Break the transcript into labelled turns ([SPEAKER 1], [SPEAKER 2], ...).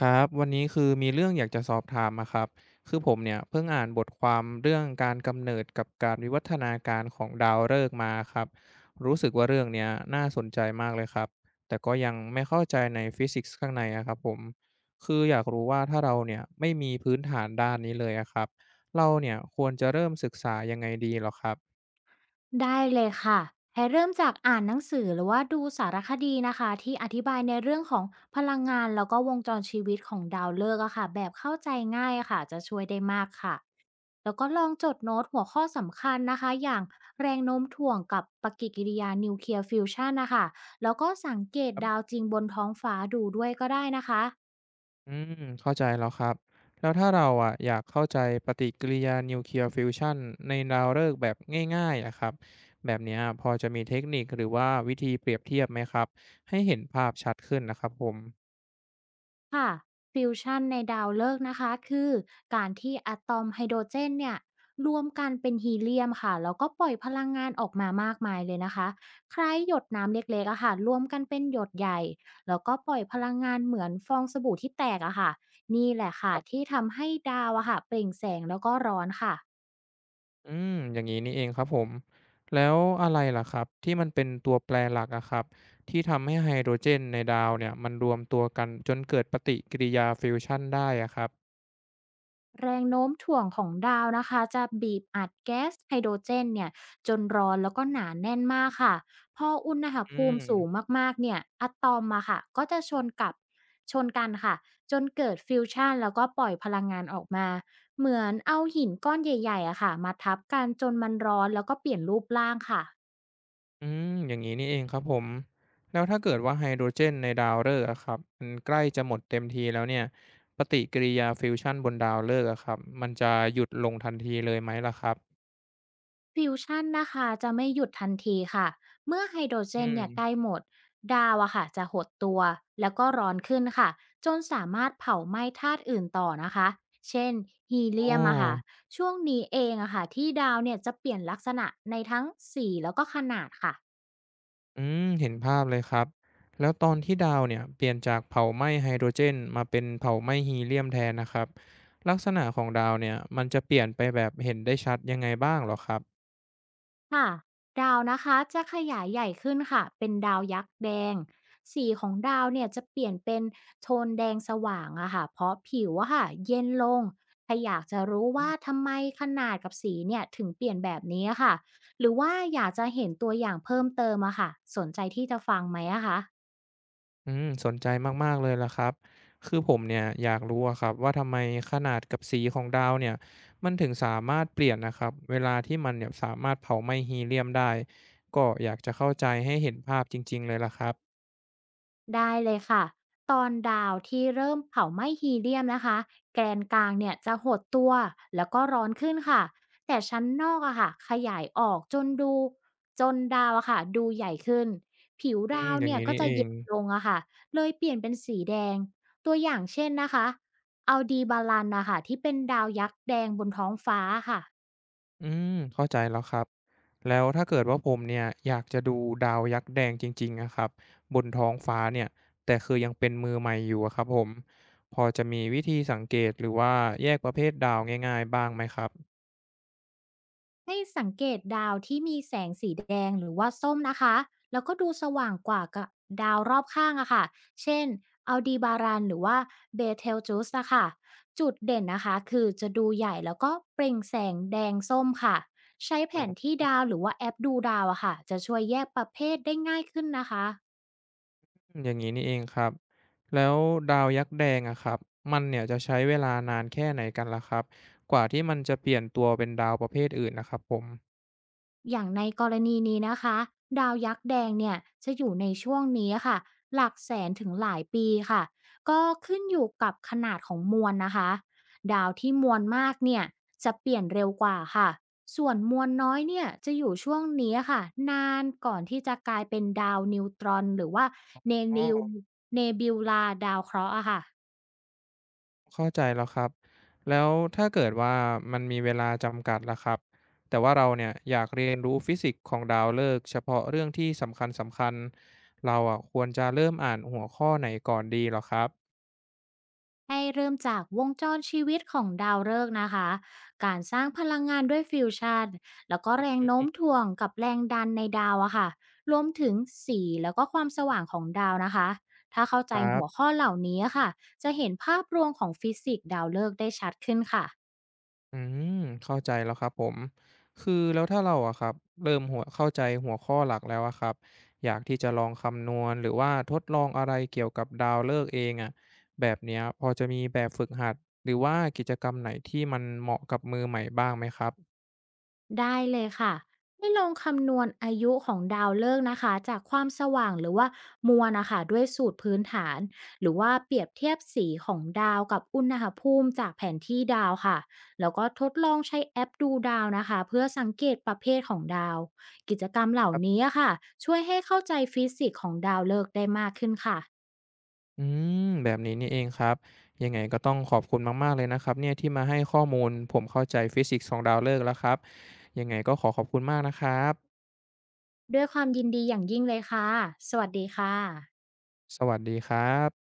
[SPEAKER 1] ครับวันนี้คือมีเรื่องอยากจะสอบถามอะครับคือผมเนี่ยเพิ่งอ่านบทความเรื่องการกำเนิดกับการวิวัฒนาการของดาวฤกษ์มาครับรู้สึกว่าเรื่องเนี้ยน่าสนใจมากเลยครับแต่ก็ยังไม่เข้าใจในฟิสิกส์ข้างในอะครับผมคืออยากรู้ว่าถ้าเราเนี่ยไม่มีพื้นฐานด้านนี้เลยอะครับเราเนี่ยควรจะเริ่มศึกษายังไงดีเหรอครับ
[SPEAKER 2] ได้เลยค่ะให้เริ่มจากอ่านหนังสือหรือว่าดูสารคดีนะคะที่อธิบายในเรื่องของพลังงานแล้วก็วงจรชีวิตของดาวฤกษ์อะค่ะแบบเข้าใจง่ายอะค่ะจะช่วยได้มากค่ะแล้วก็ลองจดโน้ตหัวข้อสำคัญนะคะอย่างแรงโน้มถ่วงกับปฏิกิริยานิวเคลียร์ฟิวชันนะคะแล้วก็สังเกตดาวจริงบนท้องฟ้าดูด้วยก็ได้นะคะ
[SPEAKER 1] อืมเข้าใจแล้วครับแล้วถ้าเราอะอยากเข้าใจปฏิกิริยานิวเคลียร์ฟิวชันในดาวฤกษ์แบบง่ายๆอะครับแบบเนี้ยพอจะมีเทคนิคหรือว่าวิธีเปรียบเทียบไหมครับให้เห็นภาพชัดขึ้นนะครับผม
[SPEAKER 2] ค่ะฟิวชันในดาวฤกษ์นะคะคือการที่อะตอมไฮโดรเจนเนี่ยรวมกันเป็นฮีเลียมค่ะแล้วก็ปล่อยพลังงานออกมามากมายเลยนะคะคล้ายหยดน้ำเล็กๆอะค่ะรวมกันเป็นหยดใหญ่แล้วก็ปล่อยพลังงานเหมือนฟองสบู่ที่แตกอะค่ะนี่แหละ
[SPEAKER 1] ค
[SPEAKER 2] ค่ะ
[SPEAKER 1] รับ
[SPEAKER 2] ที่ทำให้ดาวอะค่ะเปล่งแสงแล้วก็ร้อนค่ะ
[SPEAKER 1] อืมอย่างนี้นี่เองครับผมแล้วอะไรล่ะครับที่มันเป็นตัวแปรหลักอะครับที่ทำให้ไฮโดรเจนในดาวเนี่ยมันรวมตัวกันจนเกิดปฏิกิริยาฟิวชันได้อะครับ
[SPEAKER 2] แรงโน้มถ่วงของดาวนะคะจะบีบอัดแก๊สไฮโดรเจนเนี่ยจนร้อนแล้วก็หนาแน่นมากค่ะพออุณห
[SPEAKER 1] อื
[SPEAKER 2] ภูมิสูง
[SPEAKER 1] ม
[SPEAKER 2] มากๆเนี่ยอะตอมมาค่ะก็จะชนกันค่ะจนเกิดฟิวชันแล้วก็ปล่อยพลังงานออกมาเหมือนเอาหินก้อนใหญ่ๆอะค่ะมาทับกันจนมันร้อนแล้วก็เปลี่ยนรูปร่างค่ะ
[SPEAKER 1] อืมอย่างนี้นี่เองครับผมแล้วถ้าเกิดว่าไฮโดรเจนในดาวฤกษ์อะครับมันใกล้จะหมดเต็มทีแล้วเนี่ยปฏิกิริยาฟิวชันบนดาวฤกษ์อะครับมันจะหยุดลงทันทีเลยไหมล่ะครับ
[SPEAKER 2] ฟิวชั่นนะคะจะไม่หยุดทันทีค่ะเมื่อไฮโดรเจ
[SPEAKER 1] อื
[SPEAKER 2] น
[SPEAKER 1] ม
[SPEAKER 2] เนี่ยใกล้หมดดาวอะค่ะจะหดตัวแล้วก็ร้อนขึ้นค่ะจนสามารถเผาไหม้ธาตุอื่นต่อนะคะเช่นฮี
[SPEAKER 1] อ๋
[SPEAKER 2] เลี
[SPEAKER 1] อ
[SPEAKER 2] ยมอะค่ะช่วงนี้เองอะค่ะที่ดาวเนี่ยจะเปลี่ยนลักษณะในทั้งสีแล้วก็ขนาดค่ะ
[SPEAKER 1] อืมเห็นภาพเลยครับแล้วตอนที่ดาวเนี่ยเปลี่ยนจากเผาไหม้ไฮโดรเจนมาเป็นเผาไหม้ฮีเลียมแทนนะครับลักษณะของดาวเนี่ยมันจะเปลี่ยนไปแบบเห็นได้ชัดยังไงบ้างเหรอครับ
[SPEAKER 2] ค่ะดาวนะคะจะขยายใหญ่ขึ้นค่ะเป็นดาวยักษ์แดงสีของดาวเนี่ยจะเปลี่ยนเป็นโทนแดงสว่างอะค่ะเพราะผิวอะค่ะเย็นลงถ้าอยากจะรู้ว่าทำไมขนาดกับสีเนี่ยถึงเปลี่ยนแบบนี้อะค่ะหรือว่าอยากจะเห็นตัวอย่างเพิ่มเติมอะค่ะสนใจที่จะฟังไหมอะคะ
[SPEAKER 1] อืมสนใจมากๆเลยล่ะครับคือผมเนี่ยอยากรู้อะครับว่าทำไมขนาดกับสีของดาวเนี่ยมันถึงสามารถเปลี่ยนนะครับเวลาที่มันเนี่ยสามารถเผาไหม้ฮีเลียมได้ก็อยากจะเข้าใจให้เห็นภาพจริงๆเลยล่ะครับ
[SPEAKER 2] ได้เลยค่ะตอนดาวที่เริ่มเผาไหม้ฮีเลียมนะคะแกนกลางเนี่ยจะหดตัวแล้วก็ร้อนขึ้นค่ะแต่ชั้นนอกอะค่ะขยายออกจนดาวอะค่ะดูใหญ่ขึ้นผิว
[SPEAKER 1] อื
[SPEAKER 2] ดา
[SPEAKER 1] ม
[SPEAKER 2] ว
[SPEAKER 1] อย่าง
[SPEAKER 2] เนี่ย
[SPEAKER 1] งี้
[SPEAKER 2] ก็
[SPEAKER 1] นี่
[SPEAKER 2] จะ
[SPEAKER 1] เอง
[SPEAKER 2] เย็นลงอะค่ะเลยเปลี่ยนเป็นสีแดงตัวอย่างเช่นนะคะอัลดีบารันนะคะที่เป็นดาวยักษ์แดงบนท้องฟ้าค่ะ
[SPEAKER 1] อืมเข้าใจแล้วครับแล้วถ้าเกิดว่าผมเนี่ยอยากจะดูดาวยักษ์แดงจริงๆนะครับบนท้องฟ้าเนี่ยแต่คือยังเป็นมือใหม่อยู่อะครับผมพอจะมีวิธีสังเกตหรือว่าแยกประเภทดาวง่ายๆบ้างไหมครับ
[SPEAKER 2] ให้สังเกตดาวที่มีแสงสีแดงหรือว่าส้มนะคะแล้วก็ดูสว่างกว่ากับดาวรอบข้างอะค่ะเช่นอัลดีบารันหรือว่าเบเทลจูสนะคะจุดเด่นนะคะคือจะดูใหญ่แล้วก็เปล่งแสงแดงส้มค่ะใช้แผนที่ดาวหรือว่าแอปดูดาวอะค่ะจะช่วยแยกประเภทได้ง่ายขึ้นนะคะ
[SPEAKER 1] อืมอย่างนี้นี่เองครับแล้วดาวยักษ์แดงอะครับมันเนี่ยจะใช้เวลานานแค่ไหนกันล่ะครับกว่าที่มันจะเปลี่ยนตัวเป็นดาวประเภทอื่นนะครับผม
[SPEAKER 2] อย่างในกรณีนี้นะคะดาวยักษ์แดงเนี่ยจะอยู่ในช่วงนี้ค่ะหลักแสนถึงหลายปีค่ะก็ขึ้นอยู่กับขนาดของมวลนะคะดาวที่มวลมากเนี่ยจะเปลี่ยนเร็วกว่าค่ะส่วนมวลน้อยเนี่ยจะอยู่ช่วงนี้ค่ะนานก่อนที่จะกลายเป็นดาวนิวตรอนหรือว่าเน
[SPEAKER 1] อ๋อ
[SPEAKER 2] นิวเนบิวลาดาวเคราะห์อะค่ะ
[SPEAKER 1] เข้าใจแล้วครับแล้วถ้าเกิดว่ามันมีเวลาจำกัดล่ะครับแต่ว่าเราเนี่ยอยากเรียนรู้ฟิสิกส์ของดาวฤกษ์เฉพาะเรื่องที่สำคัญสำคัญเราอะควรจะเริ่มอ่านหัวข้อไหนก่อนดีเหรอครับ
[SPEAKER 2] ให้เริ่มจากวงจรชีวิตของดาวฤกษ์นะคะ การสร้างพลังงานด้วยฟิวชั่นแล้วก็แรงโน้มถ่วงกับแรงดันในดาวอะค่ะรวมถึงสีแล้วก็ความสว่างของดาวนะคะ ถ้าเข้าใจ
[SPEAKER 1] ครั
[SPEAKER 2] หัว
[SPEAKER 1] บ
[SPEAKER 2] ข้อเหล่านี้ค่ะ จะเห็นภาพรวมของฟิสิกส์ดาวฤกษ์ได้ชัดขึ้นค่ะ
[SPEAKER 1] อืมเข้าใจแล้วครับผมคือแล้วถ้าเราอะครับเริ่มเข้าใจหัวข้อหลักแล้วอะครับอยากที่จะลองคำนวณหรือว่าทดลองอะไรเกี่ยวกับดาวฤกษ์เองอะแบบเนี้ยพอจะมีแบบฝึกหัดหรือว่ากิจกรรมไหนที่มันเหมาะกับมือใหม่บ้างไหมครับ
[SPEAKER 2] ได้เลยค่ะให้ลองคำนวณอายุของดาวฤกษ์นะคะจากความสว่างหรือว่ามวลนะคะด้วยสูตรพื้นฐานหรือว่าเปรียบเทียบสีของดาวกับอุณหภูมิจากแผนที่ดาวค่ะแล้วก็ทดลองใช้แอปดูดาวนะคะเพื่อสังเกตประเภทของดาวกิจกรรมเหล่า
[SPEAKER 1] ครั
[SPEAKER 2] นี้
[SPEAKER 1] บ
[SPEAKER 2] ค่ะช่วยให้เข้าใจฟิสิกส์ของดาวฤกษ์ได้มากขึ้นค่ะ
[SPEAKER 1] อืมแบบนี้นี่เองครับยังไงก็ต้องขอบคุณมากๆเลยนะครับเนี่ยที่มาให้ข้อมูลผมเข้าใจฟิสิกส์ของดาวฤกษ์แล้วครับยังไงก็ขอขอบคุณมากนะครับ
[SPEAKER 2] ด้วยความยินดีอย่างยิ่งเลยค่ะสวัสดีค่ะ
[SPEAKER 1] สวัสดีครับ